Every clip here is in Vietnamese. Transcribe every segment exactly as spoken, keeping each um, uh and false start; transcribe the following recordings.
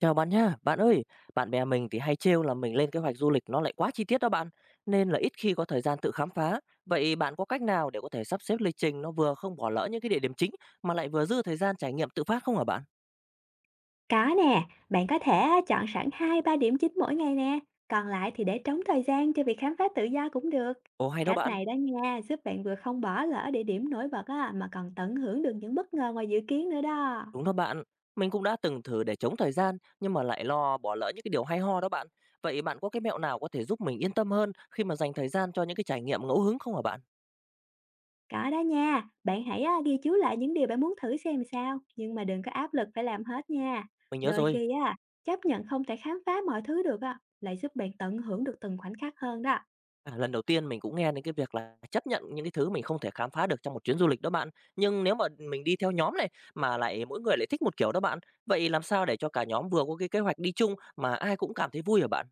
Chào bạn nha, bạn ơi, bạn bè mình thì hay trêu là mình lên kế hoạch du lịch nó lại quá chi tiết đó bạn, nên là ít khi có thời gian tự khám phá. Vậy bạn có cách nào để có thể sắp xếp lịch trình nó vừa không bỏ lỡ những cái địa điểm chính mà lại vừa dư thời gian trải nghiệm tự phát không hả bạn? Có nè, bạn có thể á, chọn sẵn hai ba điểm chính mỗi ngày nè, còn lại thì để trống thời gian cho việc khám phá tự do cũng được. Ồ hay đó Cách bạn, này đó nha, giúp bạn vừa không bỏ lỡ địa điểm nổi bật á, mà còn tận hưởng được những bất ngờ ngoài dự kiến nữa đó. đúng đó bạn. Mình cũng đã từng thử để chống thời gian nhưng mà lại lo bỏ lỡ những cái điều hay ho đó bạn. Vậy bạn có cái mẹo nào có thể giúp mình yên tâm hơn khi mà dành thời gian cho những cái trải nghiệm ngẫu hứng không hả bạn? Có đó nha, bạn hãy á, ghi chú lại những điều bạn muốn thử xem sao, nhưng mà đừng có áp lực phải làm hết nha. Mình nhớ Đôi rồi. khi á, chấp nhận không thể khám phá mọi thứ được á, lại giúp bạn tận hưởng được từng khoảnh khắc hơn đó. À, lần đầu tiên mình cũng nghe đến cái việc là chấp nhận những cái thứ mình không thể khám phá được trong một chuyến du lịch đó bạn. Nhưng nếu mà mình đi theo nhóm này mà lại mỗi người lại thích một kiểu đó bạn, vậy làm sao để cho cả nhóm vừa có cái kế hoạch đi chung mà ai cũng cảm thấy vui hả bạn?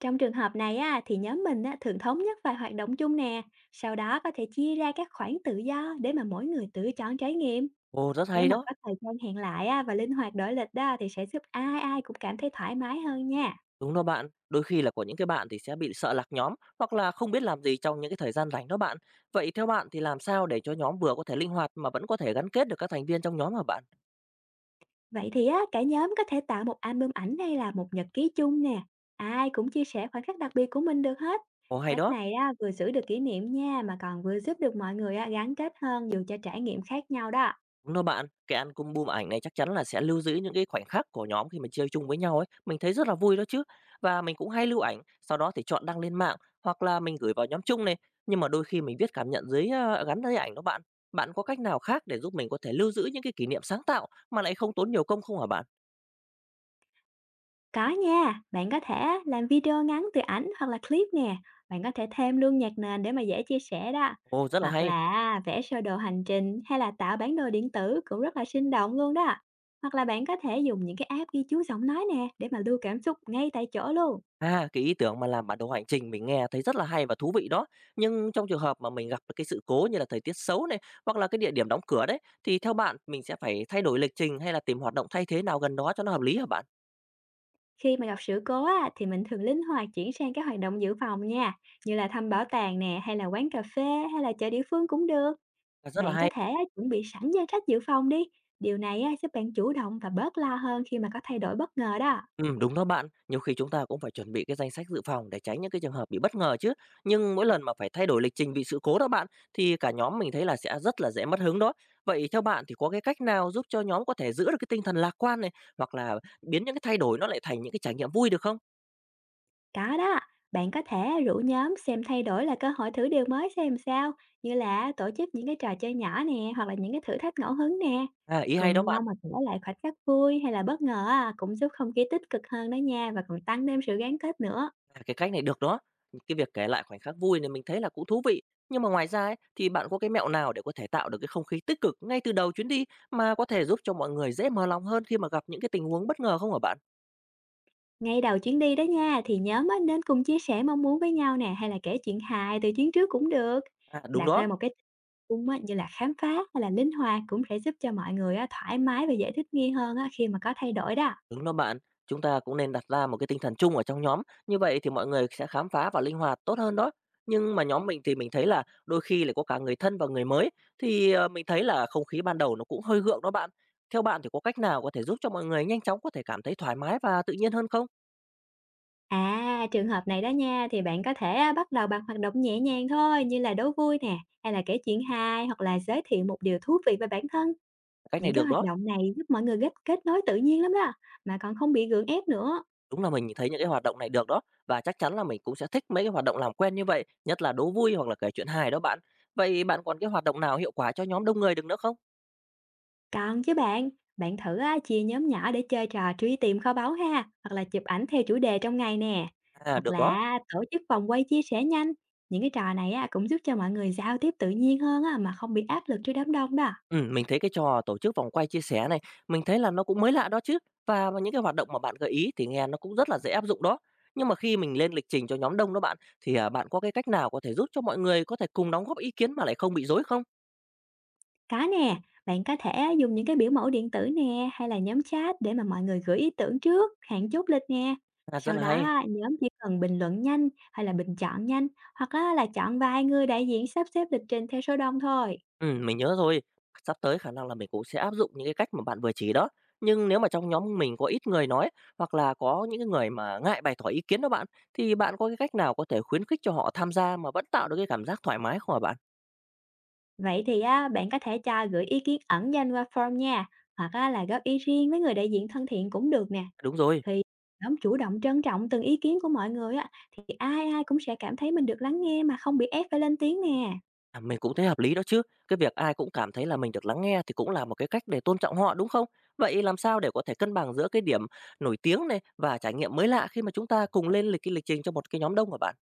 Trong trường hợp này á, thì nhóm mình á, thường thống nhất vài hoạt động chung nè, sau đó có thể chia ra các khoảng tự do để mà mỗi người tự chọn trải nghiệm. Ồ, rất Nếu hay mà đó. có thời gian hẹn lại á, và linh hoạt đổi lịch đó thì sẽ giúp ai ai cũng cảm thấy thoải mái hơn nha. Đúng đó bạn, đôi khi là có những cái bạn thì sẽ bị sợ lạc nhóm hoặc là không biết làm gì trong những cái thời gian rảnh đó bạn. Vậy theo bạn thì làm sao để cho nhóm vừa có thể linh hoạt mà vẫn có thể gắn kết được các thành viên trong nhóm hả bạn? Vậy thì á, cả nhóm có thể tạo một album ảnh hay là một nhật ký chung nè. Ai cũng chia sẻ khoảnh khắc đặc biệt của mình được hết. Ồ, hay Cách đó. này á, vừa giữ được kỷ niệm nha mà còn vừa giúp được mọi người á, gắn kết hơn dù cho trải nghiệm khác nhau đó. Đúng đó bạn, cái album bum ảnh này chắc chắn là sẽ lưu giữ những cái khoảnh khắc của nhóm khi mà chơi chung với nhau ấy, mình thấy rất là vui đó chứ. Và mình cũng hay lưu ảnh, sau đó thì chọn đăng lên mạng hoặc là mình gửi vào nhóm chung này, nhưng mà đôi khi mình viết cảm nhận dưới ờ, gắn dưới ảnh đó bạn. Bạn có cách nào khác để giúp mình có thể lưu giữ những cái kỷ niệm sáng tạo mà lại không tốn nhiều công không hả bạn? Có nha, bạn có thể làm video ngắn từ ảnh hoặc là clip nè, bạn có thể thêm luôn nhạc nền để mà dễ chia sẻ đó. Ồ, rất là Hoặc hay. là vẽ sơ đồ hành trình hay là tạo bản đồ điện tử cũng rất là sinh động luôn đó. Hoặc là bạn có thể dùng những cái app ghi chú giọng nói nè để mà lưu cảm xúc ngay tại chỗ luôn. À, cái ý tưởng mà làm bản đồ hành trình mình nghe thấy rất là hay và thú vị đó. Nhưng trong trường hợp mà mình gặp cái sự cố như là thời tiết xấu này hoặc là cái địa điểm đóng cửa đấy thì theo bạn mình sẽ phải thay đổi lịch trình hay là tìm hoạt động thay thế nào gần đó cho nó hợp lý hả bạn? Khi mà gặp sự cố á, thì mình thường linh hoạt chuyển sang các hoạt động dự phòng nha, như là thăm bảo tàng nè hay là quán cà phê hay là chợ địa phương cũng được. À, rất là Bạn có hay. thể á, chuẩn bị sẵn danh sách dự phòng đi. Điều này á, giúp bạn chủ động và bớt lo hơn khi mà có thay đổi bất ngờ đó. Ừ, đúng đó bạn. Nhiều khi chúng ta cũng phải chuẩn bị cái danh sách dự phòng để tránh những cái trường hợp bị bất ngờ chứ. Nhưng mỗi lần mà phải thay đổi lịch trình vì sự cố đó bạn thì cả nhóm mình thấy là sẽ rất là dễ mất hứng đó. Vậy theo bạn thì có cái cách nào giúp cho nhóm có thể giữ được cái tinh thần lạc quan này hoặc là biến những cái thay đổi nó lại thành những cái trải nghiệm vui được không? Có đó, bạn có thể rủ nhóm xem thay đổi là cơ hội thử điều mới xem sao, như là tổ chức những cái trò chơi nhỏ nè, hoặc là những cái thử thách ngẫu hứng nè. À, ý hay đó Cùng nhau bạn. mà kể lại khoảnh khắc vui hay là bất ngờ à, cũng giúp không khí tích cực hơn đó nha và còn tăng thêm sự gắn kết nữa. À, cái cách này được đó. Cái việc kể lại khoảnh khắc vui này mình thấy là cũng thú vị. Nhưng mà ngoài ra ấy, thì bạn có cái mẹo nào để có thể tạo được cái không khí tích cực ngay từ đầu chuyến đi mà có thể giúp cho mọi người dễ mở lòng hơn khi mà gặp những cái tình huống bất ngờ không hả bạn? Ngay đầu chuyến đi đó nha, thì nhóm á, nên cùng chia sẻ mong muốn với nhau nè, hay là kể chuyện hài từ chuyến trước cũng được. À, đúng Đặt ra đó. một cái chung á, như là khám phá hay là linh hoạt cũng sẽ giúp cho mọi người á, thoải mái và dễ thích nghi hơn á, khi mà có thay đổi đó. Đúng đó bạn, chúng ta cũng nên đặt ra một cái tinh thần chung ở trong nhóm, như vậy thì mọi người sẽ khám phá và linh hoạt tốt hơn đó. Nhưng mà nhóm mình thì mình thấy là đôi khi lại có cả người thân và người mới thì ờ, mình thấy là không khí ban đầu nó cũng hơi gượng đó bạn. Theo bạn thì có cách nào có thể giúp cho mọi người nhanh chóng có thể cảm thấy thoải mái và tự nhiên hơn không? À, trường hợp này đó nha, thì bạn có thể á, bắt đầu bằng hoạt động nhẹ nhàng thôi, như là đố vui nè, hay là kể chuyện hài, hoặc là giới thiệu một điều thú vị về bản thân. Cách Những này cái được hoạt đó, động này giúp mọi người kết kết nối tự nhiên lắm đó, mà còn không bị gượng ép nữa. đúng là mình thấy những cái hoạt động này được đó và chắc chắn là mình cũng sẽ thích mấy cái hoạt động làm quen như vậy, nhất là đố vui hoặc là kể chuyện hài đó bạn. Vậy bạn còn cái hoạt động nào hiệu quả cho nhóm đông người được nữa không? Còn chứ bạn, bạn thử á, chia nhóm nhỏ để chơi trò truy tìm kho báu ha, hoặc là chụp ảnh theo chủ đề trong ngày nè, À hoặc được đó. là tổ chức vòng quay chia sẻ nhanh. Những cái trò này á, cũng giúp cho mọi người giao tiếp tự nhiên hơn á, mà không bị áp lực trước đám đông đó. Ừm, mình thấy cái trò tổ chức vòng quay chia sẻ này, mình thấy là nó cũng mới lạ đó chứ, và những cái hoạt động mà bạn gợi ý thì nghe nó cũng rất là dễ áp dụng đó. Nhưng mà khi mình lên lịch trình cho nhóm đông đó bạn, thì, à, bạn có cái cách nào có thể giúp cho mọi người có thể cùng đóng góp ý kiến mà lại không bị rối không? Có nè, bạn có thể dùng những cái biểu mẫu điện tử nè hay là nhóm chat để mà mọi người gửi ý tưởng trước, hẹn chốt lịch nè. À, rất Sau là đó hay. á, nhóm chỉ cần bình luận nhanh hay là bình chọn nhanh hoặc á, là chọn vài người đại diện sắp xếp lịch trình theo số đông thôi. Ừm, mình nhớ rồi. Sắp tới khả năng là mình cũng sẽ áp dụng những cái cách mà bạn vừa chỉ đó. Nhưng nếu mà trong nhóm mình có ít người nói, hoặc là có những cái người mà ngại bày tỏ ý kiến đó bạn, thì bạn có cái cách nào có thể khuyến khích cho họ tham gia mà vẫn tạo được cái cảm giác thoải mái không hả bạn? Vậy thì á, bạn có thể cho gửi ý kiến ẩn danh qua form nha, hoặc á, là góp ý riêng với người đại diện thân thiện cũng được nè. Đúng rồi. Khi nhóm chủ động trân trọng từng ý kiến của mọi người á, thì ai ai cũng sẽ cảm thấy mình được lắng nghe mà không bị ép phải lên tiếng nè. À, mình cũng thấy hợp lý đó chứ. Cái việc ai cũng cảm thấy là mình được lắng nghe thì cũng là một cái cách để tôn trọng họ đúng không? Vậy làm sao để có thể cân bằng giữa cái điểm nổi tiếng này và trải nghiệm mới lạ khi mà chúng ta cùng lên lịch cái lịch trình cho một cái nhóm đông của bạn?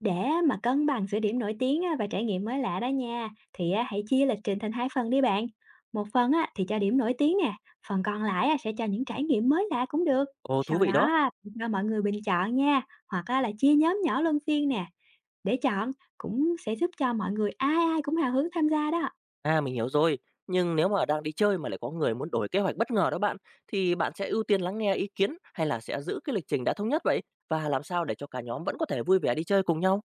Để á, mà cân bằng giữa điểm nổi tiếng á, và trải nghiệm mới lạ đó nha, thì á, hãy chia lịch trình thành hai phần đi bạn. Một phần á, thì cho điểm nổi tiếng nè, phần còn lại á, sẽ cho những trải nghiệm mới lạ cũng được. Ồ thú Sau đó vị đó. á, cho mọi người bình chọn nha, hoặc á, là chia nhóm nhỏ luân phiên nè để chọn cũng sẽ giúp cho mọi người ai ai cũng hào hứng tham gia đó. À mình hiểu rồi. Nhưng nếu mà đang đi chơi mà lại có người muốn đổi kế hoạch bất ngờ đó bạn thì bạn sẽ ưu tiên lắng nghe ý kiến hay là sẽ giữ cái lịch trình đã thống nhất vậy? Và làm sao để cho cả nhóm vẫn có thể vui vẻ đi chơi cùng nhau?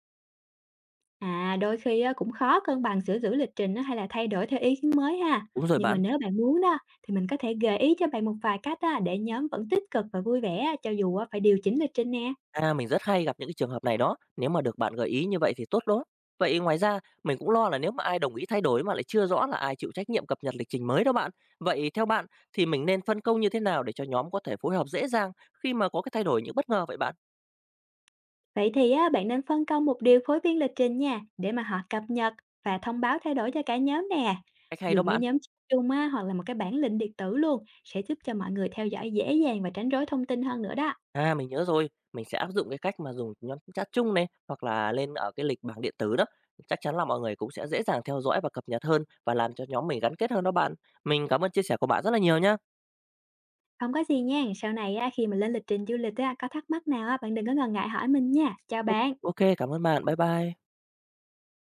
À, đôi khi á, cũng khó cân bằng giữa giữ lịch trình á, hay là thay đổi theo ý kiến mới ha. Đúng rồi Nhưng mà bạn. nếu bạn muốn đó thì mình có thể gợi ý cho bạn một vài cách á, để nhóm vẫn tích cực và vui vẻ á, cho dù á, phải điều chỉnh lịch trình nè. À, mình rất hay gặp những cái trường hợp này đó, nếu mà được bạn gợi ý như vậy thì tốt đó. Vậy ngoài ra, mình cũng lo là nếu mà ai đồng ý thay đổi mà lại chưa rõ là ai chịu trách nhiệm cập nhật lịch trình mới đó bạn. Vậy theo bạn thì mình nên phân công như thế nào để cho nhóm có thể phối hợp dễ dàng khi mà có cái thay đổi những bất ngờ vậy bạn? Vậy thì á, bạn nên phân công một điều phối viên lịch trình nha để mà họ cập nhật và thông báo thay đổi cho cả nhóm nè. Cách hay đó Dùng cái bạn. nhóm chat chung á, hoặc là một cái bản link điện tử luôn sẽ giúp cho mọi người theo dõi dễ dàng và tránh rối thông tin hơn nữa đó. À, mình nhớ rồi, mình sẽ áp dụng cái cách mà dùng nhóm chat chung này hoặc là lên ở cái lịch bảng điện tử đó. Chắc chắn là mọi người cũng sẽ dễ dàng theo dõi và cập nhật hơn và làm cho nhóm mình gắn kết hơn đó bạn. Mình cảm ơn chia sẻ của bạn rất là nhiều nhá. Không có gì nha, sau này á, khi mà lên lịch trình du lịch á, có thắc mắc nào á, bạn đừng có ngần ngại hỏi mình nha. Chào bạn. ô kê, cảm ơn bạn. Bye bye.